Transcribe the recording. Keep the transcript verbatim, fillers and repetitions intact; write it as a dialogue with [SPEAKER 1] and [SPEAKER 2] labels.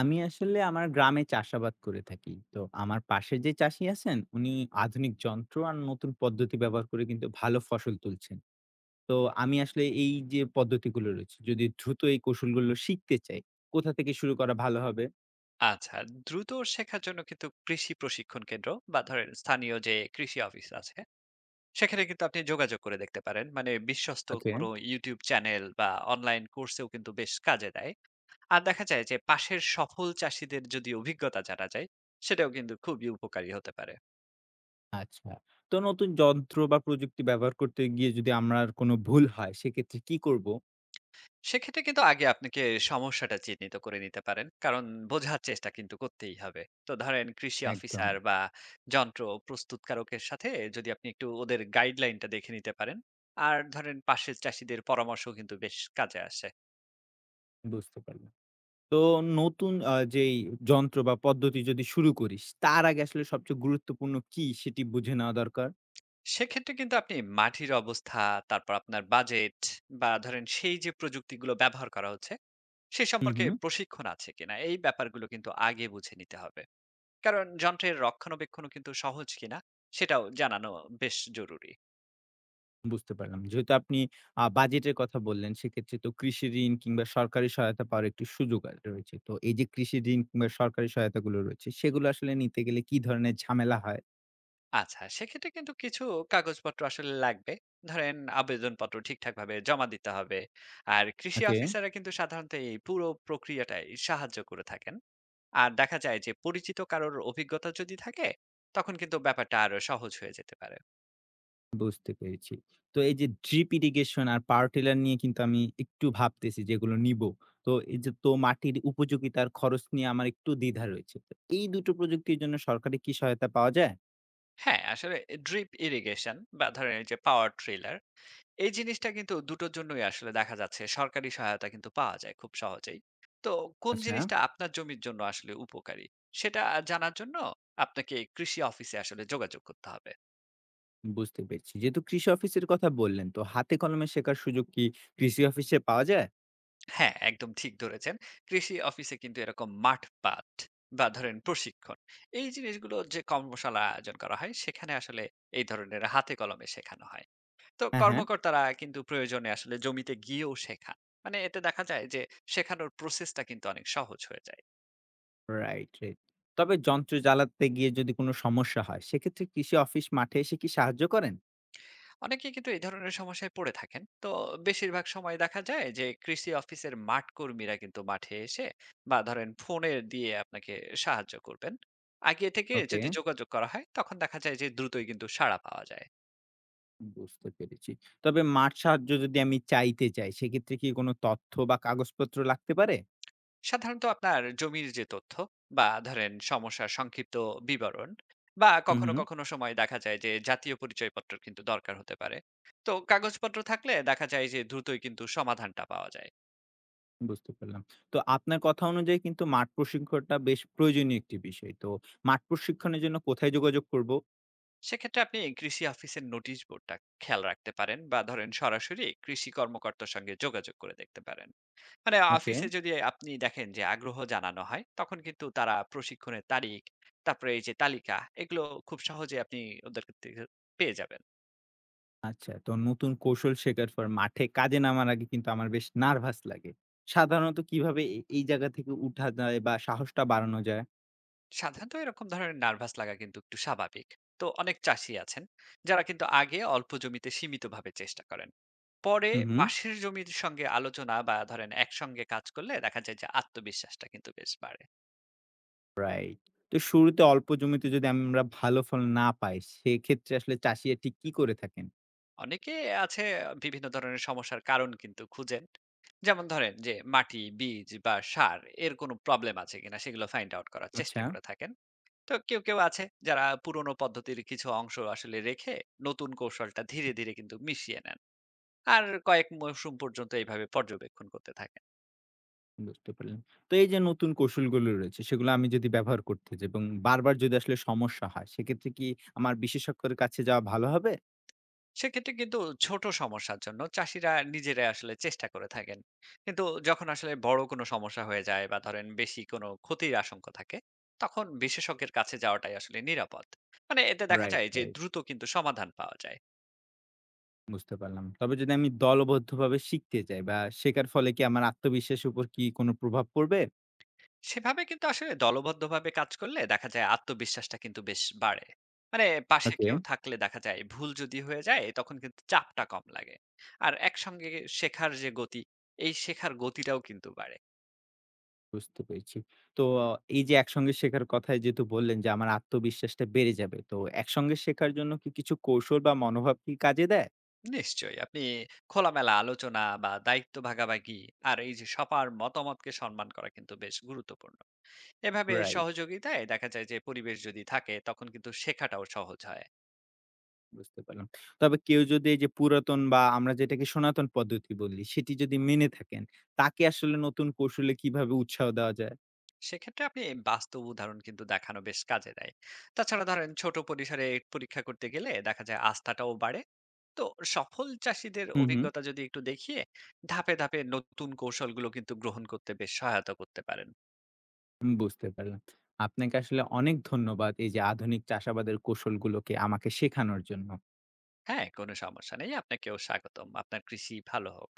[SPEAKER 1] আমি আসলে আমার গ্রামে চাষাবাদ করে থাকি। তো আমার পাশে যে চাষী আছেন, উনি আধুনিক যন্ত্র আর নতুন পদ্ধতি ব্যবহার করে কিন্তু ভালো ফসল তুলছেন। তো আমি আসলে এই যে পদ্ধতিগুলো রয়েছে, যদি দ্রুত এই কৌশলগুলো শিখতে চাই, কোথা থেকে শুরু করা ভালো হবে?
[SPEAKER 2] আচ্ছা, দ্রুত শেখার জন্য কিন্তু কৃষি প্রশিক্ষণ কেন্দ্র বা ধরেন স্থানীয় যে কৃষি অফিস আছে, সেখানে কিন্তু আপনি যোগাযোগ করে দেখতে পারেন। মানে বিশ্বস্ত
[SPEAKER 1] ওকে।
[SPEAKER 2] কোনো ইউটিউব চ্যানেল বা অনলাইন কোর্সেও কিন্তু বেশ কাজে দেয়। আর দেখা যায় যে পাশের সফল চাষীদের যদি অভিজ্ঞতা জানা যায়, সেটাও কিন্তু খুবই উপকারী হতে পারে।
[SPEAKER 1] আচ্ছা। তো নতুন যন্ত্র বা প্রযুক্তি ব্যবহার করতে গিয়ে যদি আমার কোনো ভুল হয়, সেক্ষেত্রে কি করব?
[SPEAKER 2] সেক্ষেত্রে কিন্তু আগে আপনাকে সমস্যাটা চিহ্নিত করে নিতে পারেন, কারণ বোঝার চেষ্টা কিন্তু করতেই হবে। তো ধরেন কৃষি
[SPEAKER 1] একদম।
[SPEAKER 2] অফিসার বা যন্ত্র প্রস্তুতকারকের সাথে যদি আপনি একটু ওদের গাইডলাইনটা দেখে নিতে পারেন, আর ধরেন পাশের চাষীদের পরামর্শ কিন্তু বেশ কাজে আসে।
[SPEAKER 1] বুঝতে পারলাম। তো নতুন আ যেই যন্ত্র বা পদ্ধতি যদি শুরু করিস, তার আগে আসলে সবচেয়ে গুরুত্বপূর্ণ কি সেটি বুঝে নেওয়া দরকার।
[SPEAKER 2] সেক্ষেত্রে কিন্তু আপনি মাটির অবস্থা, তারপর আপনার বাজেট, বা ধরেন সেই যে প্রযুক্তিগুলো ব্যবহার করা হচ্ছে সে
[SPEAKER 1] হুম,
[SPEAKER 2] সম্পর্কে
[SPEAKER 1] হুম।
[SPEAKER 2] প্রশিক্ষণ আছে কিনা, এই ব্যাপারগুলো কিন্তু আগে বুঝে নিতে হবে। কারণ যন্ত্রের রক্ষণাবেক্ষণও কিন্তু সহজ কিনা সেটাও জানানো বেশ জরুরি।
[SPEAKER 1] বুঝতে পারলাম। যেহেতু আপনি আ বাজেটের কথা বললেন, সেক্ষেত্রে তো কৃষি ঋণ কিংবা সরকারি সহায়তা পাওয়ার একটি সুযোগ আ রয়েছে। তো এই যে কৃষি ঋণ কিংবা সরকারি সহায়তাগুলো রয়েছে, সেগুলো আসলে নিতে গেলে কি ধরনের ঝামেলা হয়?
[SPEAKER 2] আচ্ছা, সেক্ষেত্রে কিন্তু কিছু কাগজপত্র আসলে লাগবে। ধরেন আবেদনপত্র ঠিকঠাকভাবে জমা দিতে হবে। আর কৃষি
[SPEAKER 1] ওকে,
[SPEAKER 2] অফিসাররা কিন্তু সাধারণত এই পুরো প্রক্রিয়াটায় সাহায্য করে থাকেন। আর দেখা যায় যে পরিচিত কারোর অভিজ্ঞতা যদি থাকে, তখন কিন্তু ব্যাপারটা আরো সহজ হয়ে যেতে পারে।
[SPEAKER 1] বুঝতে পেরেছি। তো এই যে ড্রিপ ইরিগেশন আর পাওয়ার টিলার নিয়ে কিন্তু আমি একটু ভাবতেছি যেগুলো নিবো। তো এই যে তো মাটির উপযোগিতার খরচ নিয়ে আমার একটু দ্বিধা রয়েছে। তো এই দুটো প্রযুক্তির জন্য সরকারি কি সহায়তা পাওয়া যায়?
[SPEAKER 2] হ্যাঁ, আসলে ড্রিপ ইরিগেশন বা ধরেন এই যে পাওয়ার ট্রিলার, এই জিনিসটা কিন্তু দুটোর জন্যই আসলে দেখা যাচ্ছে সরকারি সহায়তা কিন্তু পাওয়া যায় খুব সহজেই। তো কোন
[SPEAKER 1] আচ্ছা,
[SPEAKER 2] জিনিসটা আপনার জমির জন্য আসলে উপকারী সেটা জানার জন্য আপনাকে কৃষি অফিসে আসলে যোগাযোগ করতে হবে।
[SPEAKER 1] বুঝতে পেরেছি। যেহেতু কৃষি অফিসের কথা বললেন, তো হাতে কলমে শেখার সুযোগ কি কৃষি অফিসে পাওয়া যায়?
[SPEAKER 2] হ্যাঁ, একদম ঠিক ধরেছেন। কৃষি অফিসে কিন্তু এরকম মাঠপাট বা ধরেন প্রশিক্ষণ, এই জিনিসগুলো যে কর্মশালার আয়োজন করা হয় সেখানে আসলে এই ধরনের হাতে কলমে শেখানো হয়। তো
[SPEAKER 1] হ্যাঁ, হ্যাঁ।
[SPEAKER 2] কর্মকর্তারা কিন্তু প্রয়োজনে আসলে জমিতে গিয়েও শেখান। মানে এতে দেখা যায় যে শেখানোর প্রসেসটা কিন্তু অনেক সহজ হয়ে যায়।
[SPEAKER 1] Right, right. তবে যন্ত্র চালাতে গিয়ে যদি কোনো সমস্যা হয়, সেক্ষেত্রে কৃষি অফিস মাঠে এসে কি সাহায্য করেন?
[SPEAKER 2] অনেকে কিন্তু এই ধরনের সমস্যায় পড়ে থাকেন। তো বেশিরভাগ সময় দেখা যায় যে কৃষি অফিসের মাঠ কর্মীরা কিন্তু মাঠে এসে বা ধরেন ফোনে দিয়ে আপনাকে সাহায্য করবেন। আগে থেকে
[SPEAKER 1] ওকে।
[SPEAKER 2] যদি যোগাযোগ করা হয় তখন দেখা যায় যে দ্রুতই কিন্তু সাড়া পাওয়া যায়।
[SPEAKER 1] বুঝতে পেরেছি। তবে মাঠ সাহায্য যদি আমি চাইতে চাই, সেক্ষেত্রে কি কোনো তথ্য বা কাগজপত্র লাগতে পারে?
[SPEAKER 2] সাধারণত আপনার জমির যে তথ্য বা ধরেন সমস্যার সংক্ষিপ্ত বিবরণ বা
[SPEAKER 1] হুম,
[SPEAKER 2] কখনো
[SPEAKER 1] হুম।
[SPEAKER 2] কখনো সময় দেখা যায় যে জাতীয় পরিচয়পত্র কিন্তু দরকার হতে পারে। তো কাগজপত্র থাকলে দেখা যায় যে দ্রুতই কিন্তু সমাধানটা পাওয়া যায়।
[SPEAKER 1] বুঝতে পারলাম। তো আপনার কথা অনুযায়ী কিন্তু মাঠ প্রশিক্ষণটা বেশ প্রয়োজনীয় একটি বিষয়। তো মাঠ প্রশিক্ষণের জন্য কোথায় যোগাযোগ করব?
[SPEAKER 2] সেক্ষেত্রে আপনি কৃষি অফিসের নোটিশ বোর্ডটা খেয়াল রাখতে পারেন বা ধরেন সরাসরি কৃষি কর্মকর্তার সঙ্গে যোগাযোগ করে দেখতে পারেন। মানে
[SPEAKER 1] ওকে।
[SPEAKER 2] অফিসে যদি আপনি দেখেন যে আগ্রহ জানানো হয় তখন কিন্তু তারা প্রশিক্ষণের তারিখ, তারপরে এই যে তালিকা, এগুলো খুব সহজে আপনি ওদের থেকে পেয়ে যাবেন।
[SPEAKER 1] আচ্ছা, তো নতুন কৌশল শেখার পর মাঠে কাজে নামার আগে কিন্তু আমার বেশ নার্ভাস লাগে। সাধারণত কিভাবে এ এই জায়গা থেকে উঠা যায় বা সাহসটা বাড়ানো যায়?
[SPEAKER 2] সাধারণত এরকম ধরনের নার্ভাস লাগা কিন্তু একটু স্বাভাবিক। তো অনেক চাষি আছেন যারা কিন্তু আগে অল্প জমিতে সীমিতভাবে চেষ্টা করেন, পরে
[SPEAKER 1] হুম, হুম।
[SPEAKER 2] পাশের জমির সঙ্গে আলোচনা বা ধরেন একসঙ্গে কাজ করলে দেখা যায় যে আত্মবিশ্বাসটা কিন্তু বেশ বাড়ে।
[SPEAKER 1] রাইট। তো শুরুতে অল্প জমিতে যদি আমরা ভালো ফল না পাই, সেক্ষেত্রে আসলে চাষীরা ঠিক কি করে থাকেন?
[SPEAKER 2] অনেকে আছে বিভিন্ন ধরনের সমস্যার কারণ কিন্তু খুঁজেন। যেমন ধরেন যে মাটি, বীজ বা সার এর কোনো প্রবলেম আছে কিনা সেগুলো ফাইন্ড আউট করার চেষ্টা
[SPEAKER 1] আচ্ছা।
[SPEAKER 2] করে থাকেন। তো কেউ কেউ আছে যারা পুরনো পদ্ধতির কিছু অংশ আসলে রেখে নতুন কৌশলটা ধীরে ধীরে কিন্তু মিশিয়ে নেন, আর কয়েক মৌসুম পর্যন্ত এইভাবে পর্যবেক্ষণ করতে থাকেন।
[SPEAKER 1] বুঝতে পারলাম। তো এই যে নতুন কৌশলগুলো রয়েছে, সেগুলো আমি যদি ব্যবহার করতে যাই এবং বারবার যদি আসলে সমস্যা হয়, সেক্ষেত্রে কি আমার বিশেষজ্ঞের কাছে যাওয়া ভালো হবে?
[SPEAKER 2] সেক্ষেত্রে কিন্তু ছোট সমস্যার জন্য চাষীরা নিজেরাই আসলে চেষ্টা করে থাকেন। কিন্তু যখন আসলে বড় কোনো সমস্যা হয়ে যায় বা ধরেন বেশি কোনো ক্ষতির আশঙ্কা থাকে, তখন বিশেষজ্ঞের কাছে যাওয়াটাই আসলে নিরাপদ। মানে এতে দেখা
[SPEAKER 1] রাইট,
[SPEAKER 2] যায় যে
[SPEAKER 1] রাইট।
[SPEAKER 2] দ্রুত কিন্তু সমাধান পাওয়া যায়।
[SPEAKER 1] বুঝতে পারলাম। তবে যদি আমি দলবদ্ধভাবে শিখতে যাই বা শেখার ফলে কি আমার আত্মবিশ্বাসের উপর কি কোনো প্রভাব পড়বে?
[SPEAKER 2] সেভাবে কিন্তু আসলে দলবদ্ধভাবে কাজ করলে দেখা যায় আত্মবিশ্বাসটা কিন্তু বেশ বাড়ে। মানে পাশে
[SPEAKER 1] ওকে।
[SPEAKER 2] কেউ থাকলে দেখা যায় ভুল যদি হয়ে যায় তখন কিন্তু চাপটা কম লাগে। আর একসঙ্গে শেখার যে গতি, এই শেখার গতিটাও কিন্তু বাড়ে।
[SPEAKER 1] বুঝতে পেরেছি। তো আহ, এই যে একসঙ্গে শেখার কথায় যেহেতু বললেন যে আমার আত্মবিশ্বাসটা বেড়ে যাবে। তো একসঙ্গে শেখার জন্য কি কিছু কৌশল বা মনোভাব কি কাজে দেয়?
[SPEAKER 2] নিশ্চয়ই আপনি খোলামেলা আলোচনা বা দায়িত্ব ভাগাভাগি আর এই যে সবার মতামতকে সম্মান করা কিন্তু বেশ গুরুত্বপূর্ণ। এভাবে
[SPEAKER 1] রাইট,
[SPEAKER 2] সহযোগিতায় দেখা যায় যে পরিবেশ যদি থাকে তখন কিন্তু শেখাটাও সহজ হয়।
[SPEAKER 1] বুঝতে পারলাম। তবে কেউ যদি এই যে পুরাতন বা আমরা যেটাকে সনাতন পদ্ধতি বলি সেটি যদি মেনে থাকেন, তাকে আসলে নতুন কৌশলে কিভাবে উৎসাহ দেওয়া যায়?
[SPEAKER 2] সেক্ষেত্রে আপনি বাস্তব উদাহরণ কিন্তু দেখানো বেশ কাজে দেয়। তাছাড়া ধরেন ছোট পরিসরে পরীক্ষা করতে গেলে দেখা যায় আস্থাটাও বাড়ে। তো সফল চাষীদের
[SPEAKER 1] হুম, হুম।
[SPEAKER 2] অভিজ্ঞতা যদি একটু দেখিয়ে ধাপে ধাপে নতুন কৌশলগুলো কিন্তু গ্রহণ করতে বেশ সহায়তা করতে পারেন।
[SPEAKER 1] হুম, বুঝতে পারলাম। আপনাকে আসলে অনেক ধন্যবাদ এই যে আধুনিক চাষাবাদের কৌশলগুলোকে আমাকে শেখানোর জন্য।
[SPEAKER 2] হ্যাঁ, কোনো সমস্যা নেই। আপনাকেও স্বাগতম। আপনার কৃষি ভালো হোক।